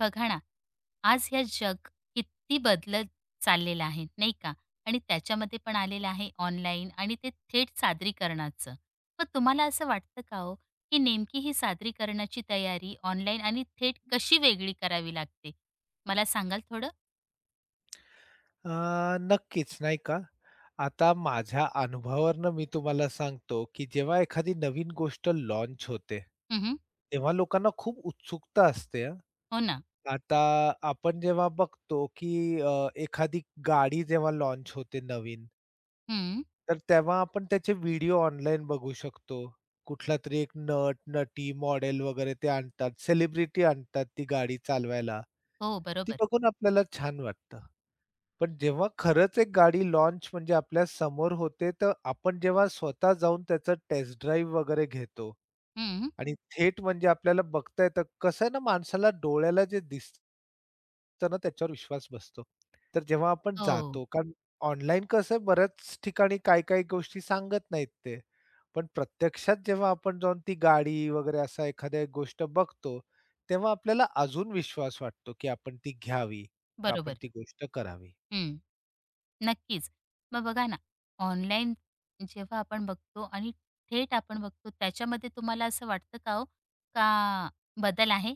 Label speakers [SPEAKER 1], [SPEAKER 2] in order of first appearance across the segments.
[SPEAKER 1] बघा ना, आज हे जग किती बदलत चाललेलं आहे, नाही का? आणि त्याच्यामध्ये पण आलेलं आहे ऑनलाईन आणि ते थेट सादरीकरणाचं. मग तुम्हाला असं वाटतं का हो, की नेमकी ही सादरीकरणाची तयारी ऑनलाईन आणि थेट कशी वेगळी करावी लागते? मला सांगाल थोडं?
[SPEAKER 2] अ, नक्कीच नाही का. आता माझ्या अनुभवावरनं मी तुम्हाला सांगतो, की जेव्हा एखादी नवीन गोष्ट लॉन्च होते,
[SPEAKER 1] हं.
[SPEAKER 2] तेव्हा लोकांना खूप उत्सुकता असते हां.
[SPEAKER 1] हो ना.
[SPEAKER 2] आता आपण जेव्हा बघतो, की एखादी गाडी जेव्हा लॉन्च होते नवीन,
[SPEAKER 1] हं.
[SPEAKER 2] तर तेव्हा आपण त्याचे व्हिडिओ ऑनलाईन बघू शकतो. कुठलातरी एक नट-नटी, मॉडेल वगैरे ते आणतात, सेलिब्रिटी आणतात ती गाडी चालवायला.
[SPEAKER 1] हो,
[SPEAKER 2] ती
[SPEAKER 1] बरोबर.
[SPEAKER 2] बघून आपल्याला छान वाटतं. पण जेव्हा खरंच एक गाडी लाँच म्हणजे आपल्या समोर होते, तर आपण जेव्हा स्वतः जाऊन त्याचं टेस्ट ड्राईव्ह वगैरे घेतो
[SPEAKER 1] हं.
[SPEAKER 2] आणि थेट म्हणजे आपल्याला बघता येतं. कसं आहे ना माणसाला डोळ्याला जे दिसतं ना त्याच्यावर विश्वास बसतो. तर जेव्हा आपण
[SPEAKER 1] हो,
[SPEAKER 2] जातो कारण ऑनलाईन कसं आहे बऱ्याच ठिकाणी काही-काही गोष्टी सांगत नाहीत ते. पण प्रत्यक्षात जेव्हा आपण जाऊन ती गाडी वगैरे असा एखाद्या एक गोष्ट बघतो, तेव्हा आपल्याला अजून विश्वास वाटतो, की आपण ती घ्यावी, का आपण
[SPEAKER 1] बरोबर.
[SPEAKER 2] ती गोष्ट करावी.
[SPEAKER 1] नक्कीच. मग बघा ना, ऑनलाईन जेव्हा आपण बघतो आणि थेट आपण बघतो, त्याच्यामध्ये तुम्हाला असं वाटतं का हो, का बदल आहे?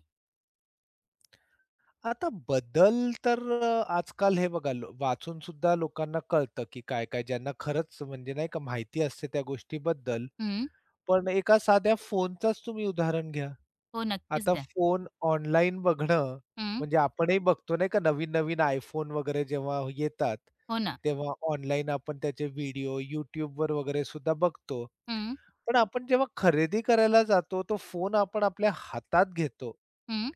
[SPEAKER 2] आता बदल तर आजकाल हे बघा लो वाचून सुद्धा लोकांना कळतं, की काय-काय ज्यांना खरंच म्हणजे नाही का माहिती असते त्या गोष्टीबद्दल.
[SPEAKER 1] हं.
[SPEAKER 2] पण एका साध्या फोनचाच तुम्ही उदाहरण घ्या.
[SPEAKER 1] हो, नक्कीच
[SPEAKER 2] आता
[SPEAKER 1] द्या.
[SPEAKER 2] फोन ऑनलाईन बघणं
[SPEAKER 1] हं.
[SPEAKER 2] म्हणजे आपणही बघतो नाही का नवीन-नवीन iPhone वगैरे जेव्हा येतात,
[SPEAKER 1] हो ना.
[SPEAKER 2] तेव्हा ऑनलाईन आपण त्याचे व्हिडिओ YouTubeवर वगैरे सुद्धा बघतो.
[SPEAKER 1] हं,
[SPEAKER 2] पण आपण जेव्हा खरेदी करायला जातो, तो फोन आपण आपल्या हातात घेतो
[SPEAKER 1] हं,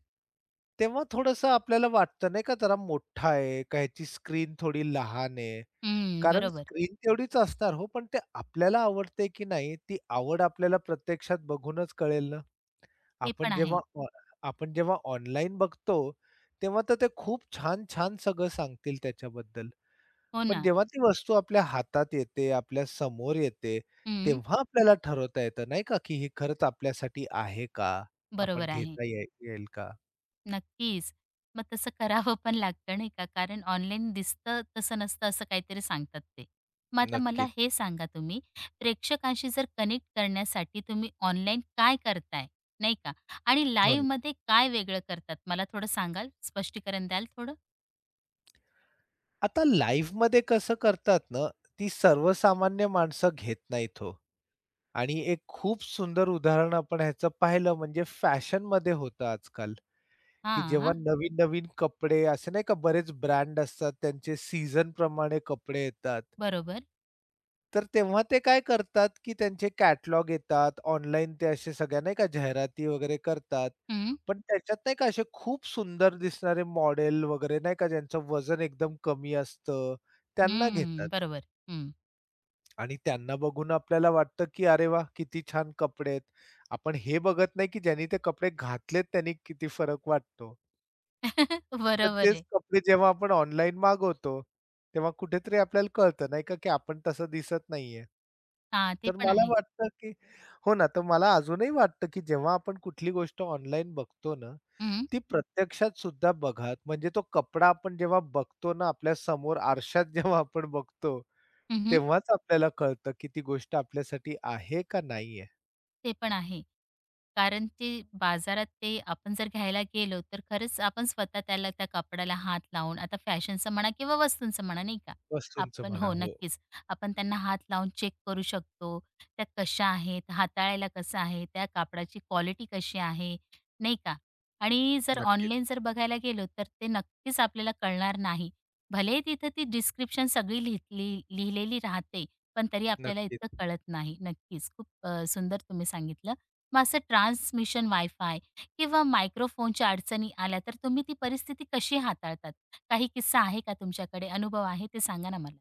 [SPEAKER 2] तेव्हा थोडंसं आपल्याला वाटतं नाही का जरा मोठा आहे, का ह्याची स्क्रीन थोडी लहान आहे.
[SPEAKER 1] हं.
[SPEAKER 2] कारण
[SPEAKER 1] बरोबर.
[SPEAKER 2] स्क्रीन तेवढीच असणार हो, पण ते आपल्याला आवडते की नाही ती आवड आपल्याला प्रत्यक्षात बघूनच कळेल ना.
[SPEAKER 1] हे पण
[SPEAKER 2] आपण
[SPEAKER 1] आहे.
[SPEAKER 2] जेव्हा ऑ आपण जेव्हा ऑनलाईन बघतो, तेव्हा तर ते खूप छान-छान सगळं सांगतील त्याच्याबद्दल.
[SPEAKER 1] हो
[SPEAKER 2] पण
[SPEAKER 1] ना.
[SPEAKER 2] जेव्हा ती वस्तू आपल्या हातात येते, आपल्या समोर येते,
[SPEAKER 1] हं.
[SPEAKER 2] तेव्हा आपल्याला ठरवता येतं नाही का, की हे खरंच आपल्यासाठी आहे का? आपण
[SPEAKER 1] बरोबर आहे.
[SPEAKER 2] घेता ये येईल का?
[SPEAKER 1] नक्कीच. मग तसं करावं पण लागतं नाही का, कारण ऑनलाईन दिसतं तसं नसतं असं काहीतरी सांगतात ते. मग आता मला
[SPEAKER 2] नक्कीच.
[SPEAKER 1] हे सांगा तुम्ही, प्रेक्षकांशी जर कनेक्ट करण्यासाठी तुम्ही ऑनलाईन काय करताय, नाही का? आणि
[SPEAKER 2] हो ना.
[SPEAKER 1] लाईव्हमध्ये काय वेगळं करतात मला थोडं सांगाल? स्पष्टीकरण द्याल थोडं?
[SPEAKER 2] आता लाईफमध्ये कसं करतात ना, ती सर्वसामान्य माणसं घेत नाहीत हो. आणि एक खूप सुंदर उदाहरण आपण ह्याचं पाहिलं म्हणजे फॅशनमध्ये होतं आजकाल, की
[SPEAKER 1] हां,
[SPEAKER 2] जेव्हा
[SPEAKER 1] हां.
[SPEAKER 2] नवीन-नवीन कपडे असे नाही का बरेच ब्रँड असतात त्यांचे सीझनप्रमाणे कपडे येतात.
[SPEAKER 1] बरोबर.
[SPEAKER 2] तर तेव्हा ते काय करतात, की त्यांचे कॅटलॉग येतात. ऑनलाईन ते असे सगळ्या नाही का जाहिराती वगैरे करतात.
[SPEAKER 1] हं,
[SPEAKER 2] पण त्याच्यात नाही का असे खूप सुंदर दिसणारे मॉडेल वगैरे नाही का ज्यांचं वजन एकदम कमी असतं, त्यांना घेतात.
[SPEAKER 1] हं. बरोबर. हं.
[SPEAKER 2] आणि त्यांना बघून आपल्याला वाटतं, की अरे वाह! किती छान कपडे आहेत. आपण हे बघत नाही, की ज्यांनी ते कपडे घातलेत त्यांनी किती फरक वाटतो. तर
[SPEAKER 1] बरोबर
[SPEAKER 2] तेच
[SPEAKER 1] आहे.
[SPEAKER 2] कपडे जेव्हा आपण ऑनलाईन मागवतो, तेव्हा कुठेतरी आपल्याला कळतं नाही का, की आपण तसं दिसत नाहीये.
[SPEAKER 1] हां, ते
[SPEAKER 2] तर
[SPEAKER 1] पण
[SPEAKER 2] मला
[SPEAKER 1] आहे.
[SPEAKER 2] वाटतं, की हो ना, तर मला अजूनही वाटतं, की जेव्हा आपण कुठली गोष्ट ऑनलाईन बघतो ना,
[SPEAKER 1] हं.
[SPEAKER 2] ती प्रत्यक्षात सुद्धा बघा. म्हणजे तो कपडा आपण जेव्हा बघतो ना, आपल्या समोर आरशात जेव्हा आपण बघतो,
[SPEAKER 1] हं,
[SPEAKER 2] तेव्हाच आपल्याला कळतं, की ती गोष्ट आपल्यासाठी आहे का नाहीये.
[SPEAKER 1] ते पण आहे. कारण ते बाजारात ते आपण जर घ्यायला गेलो, तर खरंच आपण स्वतः त्याला त्या कापडाला हात लावून आता फॅशनचं म्हणा किंवा वस्तूंचं म्हणा नाही का,
[SPEAKER 2] वस्तूंचं
[SPEAKER 1] आपण
[SPEAKER 2] म्हणा.
[SPEAKER 1] हो,
[SPEAKER 2] हो,
[SPEAKER 1] नक्कीच. आपण त्यांना हात लावून चेक करू शकतो. त्या कशा आहेत, हाताळायला कसं आहे, त्या कापडाची क्वालिटी कशी आहे, नाही का? आणि जर
[SPEAKER 2] नक्कीच,
[SPEAKER 1] ऑनलाईन जर बघायला गेलो, तर ते नक्कीच आपल्याला कळणार नाही. भलेही तिथं ती डिस्क्रिप्शन सगळी लिहितली लिहिलेली राहते, पण तरी आपल्याला इतकं
[SPEAKER 2] नक्कीच.
[SPEAKER 1] कळत नाही. नक्कीच, खूप सुंदर तुम्ही सांगितलं. मग असं ट्रान्समिशन वायफाय किंवा मायक्रोफोनच्या अडचणी आल्या तर तुम्ही ती परिस्थिती कशी हाताळतात? काही किस्सा आहे का तुमच्याकडे? अनुभव आहे ते सांगा ना मला.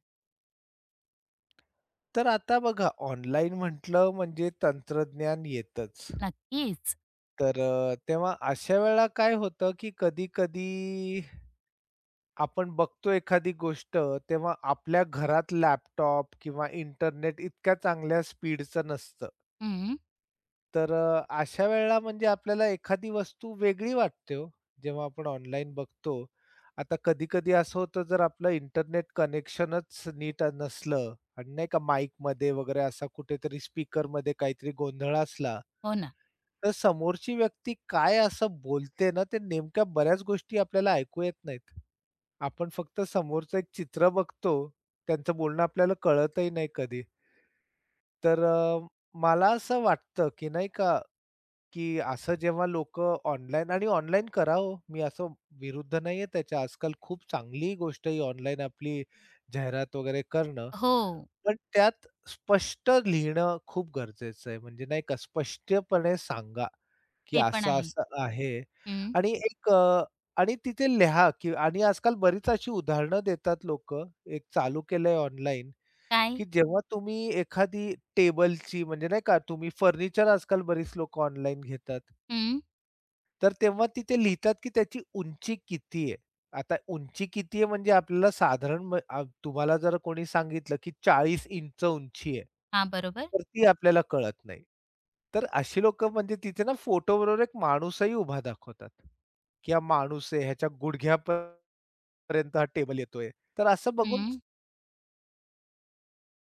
[SPEAKER 2] तर आता बघा ऑनलाईन म्हटलं म्हणजे तंत्रज्ञान येतच.
[SPEAKER 1] नक्कीच.
[SPEAKER 2] तर तेव्हा अशा वेळेला काय होतं, की कधी-कधी आपण बघतो एखादी गोष्ट, तेव्हा आपल्या घरात लॅपटॉप किंवा इंटरनेट इतक्या चांगल्या स्पीडचं नसतं.
[SPEAKER 1] हं.
[SPEAKER 2] तर अशा वेळेला म्हणजे आपल्याला एखादी वस्तू वेगळी वाटते हो, जेव्हा आपण ऑनलाईन बघतो. आता कधी-कधी असं होतं, जर आपलं इंटरनेट कनेक्शनच नीट नसलं आणि नाही का माईकमध्ये वगैरे असा कुठेतरी स्पीकरमध्ये काहीतरी गोंधळ असला,
[SPEAKER 1] हो ना.
[SPEAKER 2] तर समोरची व्यक्ती काय असं बोलते ना, ते नेमक्या बऱ्याच गोष्टी आपल्याला ऐकू येत नाहीत. आपण फक्त समोरचं एक चित्र बघतो, त्यांचं बोलणं आपल्याला कळतही नाही कधी. तर मला असं वाटतं, की नाही का, की असं जेव्हा लोक ऑनलाईन आणि ऑनलाईन करा हो, मी असं विरुद्ध नाहीये त्याच्या. आजकाल खूप चांगली गोष्ट आहे ऑनलाईन आपली जाहिरात वगैरे करणं.
[SPEAKER 1] हो.
[SPEAKER 2] पण त्यात स्पष्ट लिहिणं खूप गरजेचं आहे. म्हणजे नाही का, स्पष्टपणे सांगा. की
[SPEAKER 1] ते पण आहे.
[SPEAKER 2] असं-असं आहे
[SPEAKER 1] हं.
[SPEAKER 2] आणि एक आणि तिथे लिहा की आणि आजकाल बरीच अशी उदाहरणं देतात लोक एक चालू केलंय ऑनलाईन,
[SPEAKER 1] काय?
[SPEAKER 2] की जेव्हा तुम्ही एखादी टेबलची म्हणजे नाही का तुम्ही फर्निचर आजकाल बरीच लोक ऑनलाईन घेतात.
[SPEAKER 1] हं.
[SPEAKER 2] तर तेव्हा तिथे लिहितात, की त्याची उंची किती आहे. आता उंची किती आहे म्हणजे आपल्याला साधारण म आ तुम्हाला जर कोणी सांगितलं, की 40 इंच उंची आहे.
[SPEAKER 1] हां, बरोबर.
[SPEAKER 2] तर ती आपल्याला कळत नाही. तर अशी लोकं म्हणजे तिथे ना फोटोबरोबर एक माणूसही उभा दाखवतात, की हा माणूस आहे, ह्याच्या गुडघ्यापर्यंत हा टेबल येतोय. तर असं बघून
[SPEAKER 1] हं.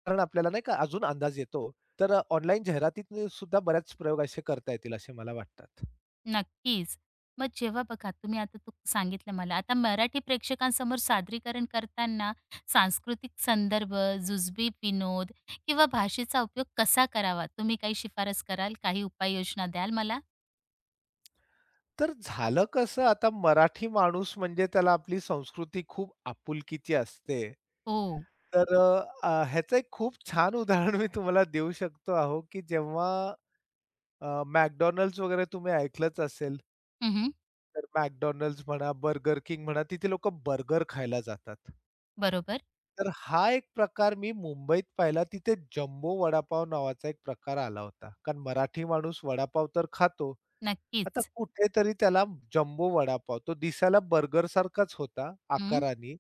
[SPEAKER 2] कारण आपल्याला नाही का अजून अंदाज येतो. तर ऑनलाईन जाहिरातीत सुद्धा बऱ्याच प्रयोग असे करता येतील असे मला वाटतात.
[SPEAKER 1] नक्कीच. मग जेव्हा बघा तुम्ही आता तू सांगितलं मला, आता मराठी प्रेक्षकांसमोर सादरीकरण करताना सांस्कृतिक संदर्भ, जुजबी विनोद किंवा भाषेचा उपयोग कसा करावा? तुम्ही काही शिफारस कराल? काही उपाययोजना द्याल मला?
[SPEAKER 2] तर झालं कसं आता मराठी माणूस म्हणजे त्याला आपली संस्कृती खूप आपुलकीची असते.
[SPEAKER 1] हो.
[SPEAKER 2] तर ह्याचं एक खूप छान उदाहरण मी तुम्हाला देऊ शकतो आहो की जेव्हा अ, McDonald's वगैरे तुम्ही ऐकलंच असेल.
[SPEAKER 1] हं,
[SPEAKER 2] तर McDonald's म्हणा, Burger King म्हणा, तिथे लोकं बर्गर खायला जातात.
[SPEAKER 1] बरोबर.
[SPEAKER 2] तर हा एक प्रकार मी मुंबईत पाहिला. तिथे जम्बो वडापाव नावाचा एक प्रकार आला होता. कारण मराठी माणूस वडापाव तर खातो. आता
[SPEAKER 1] नक्कीच.
[SPEAKER 2] कुठेतरी त्याला जम्बो वडापाव तो दिसायला बर्गरसारखाच होता
[SPEAKER 1] हं.
[SPEAKER 2] आकाराने.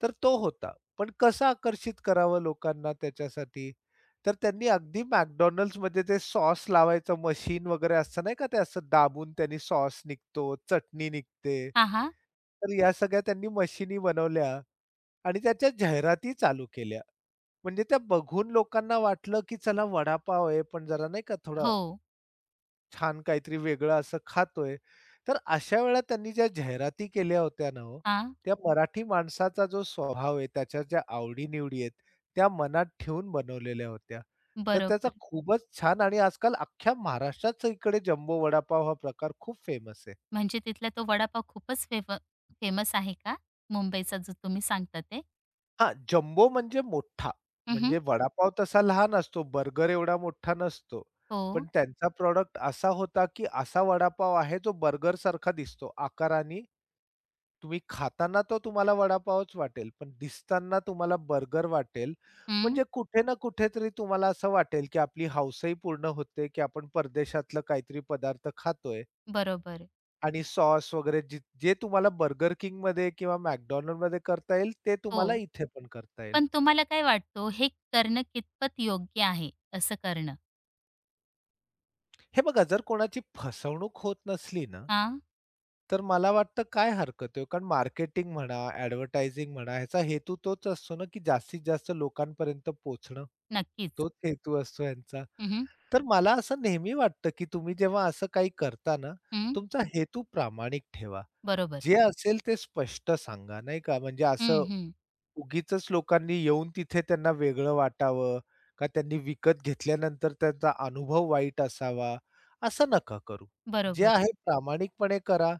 [SPEAKER 2] तर तो होता. पण कसं आकर्षित करावं लोकांना त्याच्यासाठी? तर त्यांनी अगदी McDonald'sमध्ये ते सॉस लावायचं मशीन वगैरे असतं नाही का, ते असं दाबून त्यांनी सॉस निघतो, चटणी निघते.
[SPEAKER 1] हां, हां.
[SPEAKER 2] तर या सगळ्या त्यांनी मशिनी बनवल्या आणि त्याच्या जाहिराती चालू केल्या. म्हणजे त्या बघून लोकांना वाटलं, की चला वडापाव आहे, पण जरा नाही का थोडा
[SPEAKER 1] हो.
[SPEAKER 2] छान काहीतरी वेगळं असं खातोय. तर अशा वेळेला त्यांनी ज्या जाहिराती केल्या होत्या ना हो,
[SPEAKER 1] हां.
[SPEAKER 2] त्या मराठी माणसाचा जो स्वभाव आहे, त्याच्या ज्या आवडी आहेत, त्या मनात ठेवून बनवलेल्या होत्या. तर त्याचा
[SPEAKER 1] बरोबर.
[SPEAKER 2] खूपच छान आणि आजकाल अख्ख्या महाराष्ट्राच इकडे जम्बो वडापाव हा प्रकार खूप फेमस आहे.
[SPEAKER 1] म्हणजे तिथला तो वडापाव खूपच फेम फेमस आहे का? मुंबईचा जो तुम्ही सांगता ते?
[SPEAKER 2] हां, जम्बो म्हणजे मोठा.
[SPEAKER 1] हं,
[SPEAKER 2] म्हणजे वडापाव तसा लहान असतो, बर्गर एवढा मोठा नसतो.
[SPEAKER 1] हो.
[SPEAKER 2] पण त्यांचा प्रॉडक्ट असा होता, की असा वडापाव आहे जो बर्गरसारखा दिसतो आकाराने तुम्ही खाताना तो तुम्हाला वडापावच वाटेल, पण दिसताना तुम्हाला बर्गर वाटेल.
[SPEAKER 1] हं.
[SPEAKER 2] म्हणजे कुठे ना कुठेतरी तुम्हाला असं वाटेल, की आपली हौसही पूर्ण होते, की आपण परदेशातलं काहीतरी पदार्थ खातोय
[SPEAKER 1] बरोबर.
[SPEAKER 2] आणि सॉस वगैरे जे जे तुम्हाला Burger Kingमध्ये किंवा McDonald'मध्ये करता येईल, ते
[SPEAKER 1] हो.
[SPEAKER 2] तुम्हाला इथे पण करता येईल.
[SPEAKER 1] पण तुम्हाला काय वाटतो हे करणं कितपत योग्य आहे असं करणं?
[SPEAKER 2] हे बघा जर कोणाची फसवणूक होत नसली ना,
[SPEAKER 1] हां,
[SPEAKER 2] तर मला वाटतं काय हरकत आहे हो. कारण मार्केटिंग म्हणा, ॲडव्हर्टायझिंग म्हणा, ह्याचा हेतू तोच असतो ना, की जास्तीत जास्त लोकांपर्यंत पोहोचणं.
[SPEAKER 1] नक्कीच.
[SPEAKER 2] तोच हेतू असतो यांचा.
[SPEAKER 1] हं,
[SPEAKER 2] तर मला असं नेहमी वाटतं, की तुम्ही जेव्हा असं काही करता ना,
[SPEAKER 1] हं,
[SPEAKER 2] तुमचा हेतू प्रामाणिक ठेवा.
[SPEAKER 1] बरोबर.
[SPEAKER 2] जे असेल ते स्पष्ट सांगा, नाही का. म्हणजे
[SPEAKER 1] हं,
[SPEAKER 2] असं
[SPEAKER 1] हं.
[SPEAKER 2] उगीचच लोकांनी येऊन तिथे त्यांना वेगळं वाटावं, का त्यांनी विकत घेतल्यानंतर त्यांचा अनुभव वाईट असावा, असं नका करू. जे
[SPEAKER 1] बरोबर.
[SPEAKER 2] आहे प्रामाणिकपणे करा.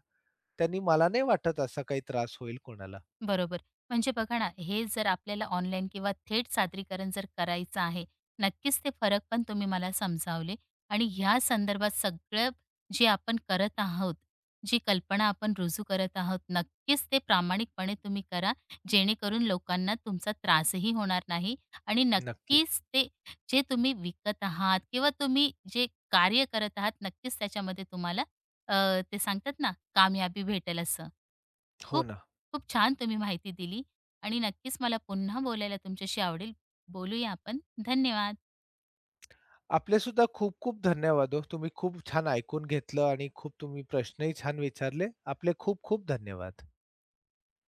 [SPEAKER 2] त्यांनी मला नाही वाटत असा काही त्रास होईल कोणाला.
[SPEAKER 1] बरोबर. म्हणजे बघा ना, हे जर आपल्याला ऑनलाईन किंवा थेट सादरीकरण जर करायचं आहे, नक्कीच ते फरक पण तुम्ही मला समजावले आणि ह्या संदर्भात सगळं जे आपण करत आहोत, जी कल्पना आपण रुजू करत आहोत, नक्कीच ते प्रामाणिकपणे तुम्ही करा, जेणेकरून लोकांना तुमचा त्रासही होणार नाही आणि
[SPEAKER 2] नक्कीच.
[SPEAKER 1] नक्कीच ते जे तुम्ही विकत आहात किंवा तुम्ही जे कार्य करत आहात, नक्कीच त्याच्यामध्ये तुम्हाला ते सांगतात ना, कामयाबी भेटेल असं.
[SPEAKER 2] हो
[SPEAKER 1] खूप
[SPEAKER 2] ना.
[SPEAKER 1] खूप छान तुम्ही माहिती दिली आणि नक्कीच मला पुन्हा बोलायला तुमच्याशी आवडेल. बोलूया आपण. धन्यवाद.
[SPEAKER 2] आपले सुद्धा खूप-खूप धन्यवाद हो. तुम्ही खूप छान ऐकून घेतलं आणि खूप तुम्ही प्रश्नही छान विचारले. आपले खूप-खूप धन्यवाद.